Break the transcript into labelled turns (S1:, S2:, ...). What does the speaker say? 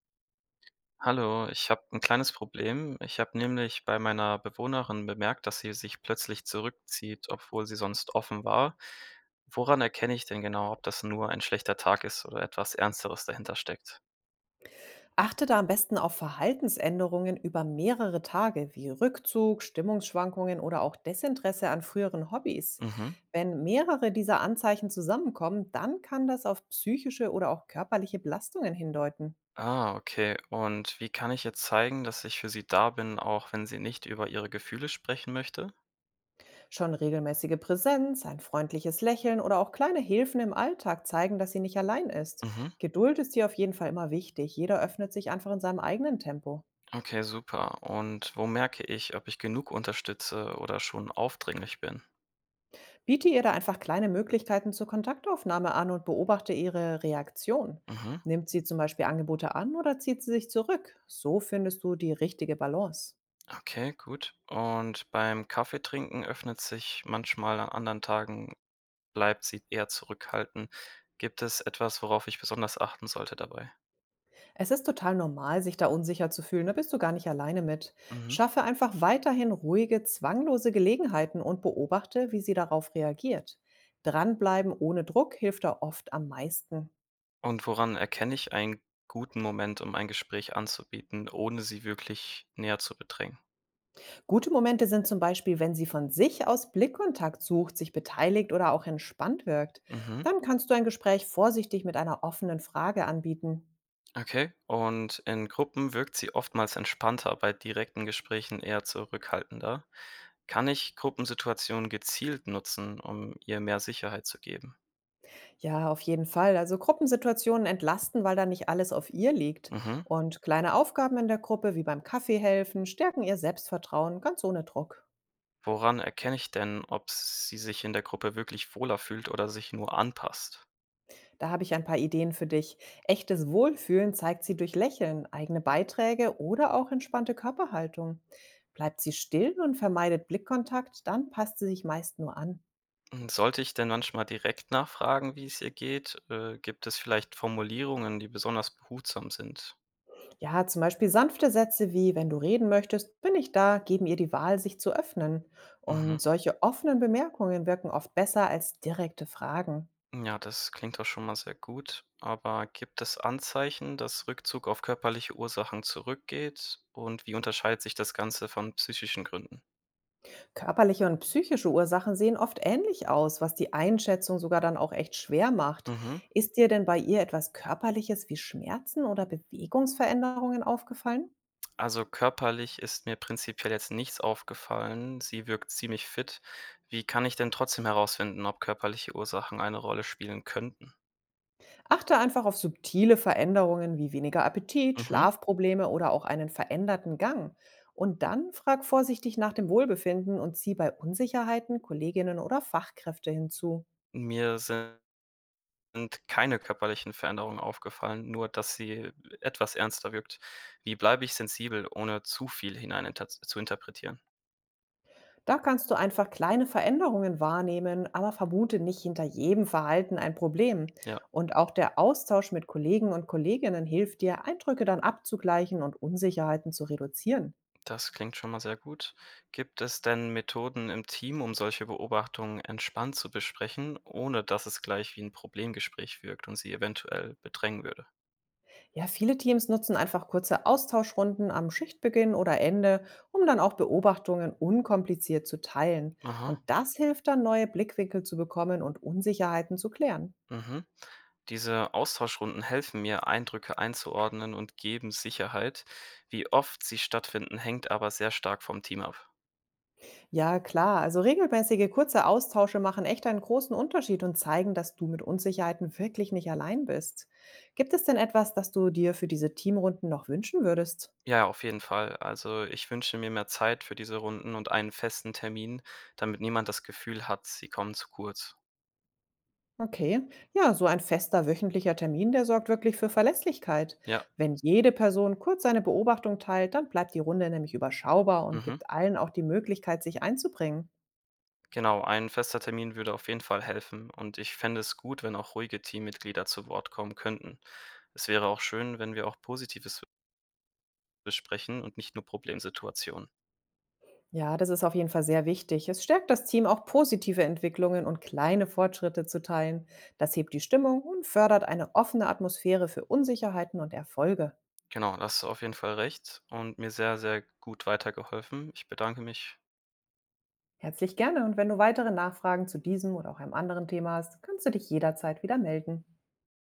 S1: Hallo, ich habe ein kleines Problem. Ich habe nämlich bei meiner Bewohnerin bemerkt, dass sie sich plötzlich zurückzieht, obwohl sie sonst offen war. Woran erkenne ich denn genau, ob das nur ein schlechter Tag ist oder etwas Ernsteres dahinter steckt?
S2: Achte da am besten auf Verhaltensänderungen über mehrere Tage, wie Rückzug, Stimmungsschwankungen oder auch Desinteresse an früheren Hobbys.
S1: Mhm.
S2: Wenn mehrere dieser Anzeichen zusammenkommen, dann kann das auf psychische oder auch körperliche Belastungen hindeuten.
S1: Ah, okay. Und wie kann ich jetzt zeigen, dass ich für sie da bin, auch wenn sie nicht über ihre Gefühle sprechen möchte?
S2: Schon regelmäßige Präsenz, ein freundliches Lächeln oder auch kleine Hilfen im Alltag zeigen, dass sie nicht allein ist.
S1: Mhm.
S2: Geduld ist hier auf jeden Fall immer wichtig. Jeder öffnet sich einfach in seinem eigenen Tempo.
S1: Okay, super. Und wo merke ich, ob ich genug unterstütze oder schon aufdringlich bin?
S2: Biete ihr da einfach kleine Möglichkeiten zur Kontaktaufnahme an und beobachte ihre Reaktion.
S1: Mhm.
S2: Nimmt sie zum Beispiel Angebote an oder zieht sie sich zurück? So findest du die richtige Balance.
S1: Okay, gut. Und beim Kaffeetrinken öffnet sich manchmal, an anderen Tagen bleibt sie eher zurückhaltend. Gibt es etwas, worauf ich besonders achten sollte dabei?
S2: Es ist total normal, sich da unsicher zu fühlen, da bist du gar nicht alleine mit.
S1: Mhm.
S2: Schaffe einfach weiterhin ruhige, zwanglose Gelegenheiten und beobachte, wie sie darauf reagiert. Dranbleiben ohne Druck hilft da oft am meisten.
S1: Und woran erkenne ich einen guten Moment, um ein Gespräch anzubieten, ohne sie wirklich näher zu bedrängen?
S2: Gute Momente sind zum Beispiel, wenn sie von sich aus Blickkontakt sucht, sich beteiligt oder auch entspannt wirkt.
S1: Mhm.
S2: Dann kannst du ein Gespräch vorsichtig mit einer offenen Frage anbieten.
S1: Okay. Und in Gruppen wirkt sie oftmals entspannter, bei direkten Gesprächen eher zurückhaltender. Kann ich Gruppensituationen gezielt nutzen, um ihr mehr Sicherheit zu geben?
S2: Ja, auf jeden Fall. Also Gruppensituationen entlasten, weil da nicht alles auf ihr liegt.
S1: Mhm.
S2: Und kleine Aufgaben in der Gruppe, wie beim Kaffee helfen, stärken ihr Selbstvertrauen ganz ohne Druck.
S1: Woran erkenne ich denn, ob sie sich in der Gruppe wirklich wohler fühlt oder sich nur anpasst?
S2: Da habe ich ein paar Ideen für dich. Echtes Wohlfühlen zeigt sie durch Lächeln, eigene Beiträge oder auch entspannte Körperhaltung. Bleibt sie still und vermeidet Blickkontakt, dann passt sie sich meist nur an.
S1: Hm, sollte ich denn manchmal direkt nachfragen, wie es ihr geht? Gibt es vielleicht Formulierungen, die besonders behutsam sind?
S2: Ja, zum Beispiel sanfte Sätze wie, wenn du reden möchtest, bin ich da, geben ihr die Wahl, sich zu öffnen.
S1: Mhm.
S2: Und solche offenen Bemerkungen wirken oft besser als direkte Fragen.
S1: Ja, das klingt doch schon mal sehr gut. Aber gibt es Anzeichen, dass Rückzug auf körperliche Ursachen zurückgeht? Und wie unterscheidet sich das Ganze von psychischen Gründen?
S2: Körperliche und psychische Ursachen sehen oft ähnlich aus, was die Einschätzung sogar dann auch echt schwer macht.
S1: Mhm.
S2: Ist dir denn bei ihr etwas Körperliches wie Schmerzen oder Bewegungsveränderungen aufgefallen?
S1: Also, körperlich ist mir prinzipiell jetzt nichts aufgefallen. Sie wirkt ziemlich fit. Wie kann ich denn trotzdem herausfinden, ob körperliche Ursachen eine Rolle spielen könnten?
S2: Achte einfach auf subtile Veränderungen wie weniger Appetit,
S1: Mhm.
S2: Schlafprobleme oder auch einen veränderten Gang. Und dann frag vorsichtig nach dem Wohlbefinden und zieh bei Unsicherheiten Kolleginnen oder Fachkräfte hinzu.
S1: Mir sind keine körperlichen Veränderungen aufgefallen, nur dass sie etwas ernster wirkt. Wie bleibe ich sensibel, ohne zu viel hinein inter zu interpretieren?
S2: Da kannst du einfach kleine Veränderungen wahrnehmen, aber vermute nicht hinter jedem Verhalten ein Problem.
S1: Ja.
S2: Und auch der Austausch mit Kollegen und Kolleginnen hilft dir, Eindrücke dann abzugleichen und Unsicherheiten zu reduzieren.
S1: Das klingt schon mal sehr gut. Gibt es denn Methoden im Team, um solche Beobachtungen entspannt zu besprechen, ohne dass es gleich wie ein Problemgespräch wirkt und sie eventuell bedrängen würde?
S2: Ja, viele Teams nutzen einfach kurze Austauschrunden am Schichtbeginn oder Ende, um dann auch Beobachtungen unkompliziert zu teilen.
S1: Aha,
S2: Und das hilft dann, neue Blickwinkel zu bekommen und Unsicherheiten zu klären.
S1: mhm. Diese Austauschrunden helfen mir, Eindrücke einzuordnen und geben Sicherheit. Wie oft sie stattfinden, hängt aber sehr stark vom Team ab.
S2: Ja, klar. Also regelmäßige kurze Austausche machen echt einen großen Unterschied und zeigen, dass du mit Unsicherheiten wirklich nicht allein bist. Gibt es denn etwas, das du dir für diese Teamrunden noch wünschen würdest?
S1: Ja, auf jeden Fall. Also, ich wünsche mir mehr Zeit für diese Runden und einen festen Termin, damit niemand das Gefühl hat, sie kommen zu kurz.
S2: Okay, ja, so ein fester wöchentlicher Termin, der sorgt wirklich für Verlässlichkeit.
S1: Ja,
S2: Wenn jede Person kurz seine Beobachtung teilt, dann bleibt die Runde nämlich überschaubar und
S1: mhm.
S2: gibt allen auch die Möglichkeit, sich einzubringen.
S1: Genau, ein fester Termin würde auf jeden Fall helfen und ich fände es gut, wenn auch ruhige Teammitglieder zu Wort kommen könnten. Es wäre auch schön, wenn wir auch Positives besprechen und nicht nur Problemsituationen.
S2: Ja, das ist auf jeden Fall sehr wichtig. Es stärkt das Team, auch positive Entwicklungen und kleine Fortschritte zu teilen. Das hebt die Stimmung und fördert eine offene Atmosphäre für Unsicherheiten und Erfolge.
S1: Genau, da hast du auf jeden Fall recht und mir sehr, sehr gut weitergeholfen. Ich bedanke mich.
S2: Herzlich gerne und wenn du weitere Nachfragen zu diesem oder auch einem anderen Thema hast, kannst du dich jederzeit wieder melden.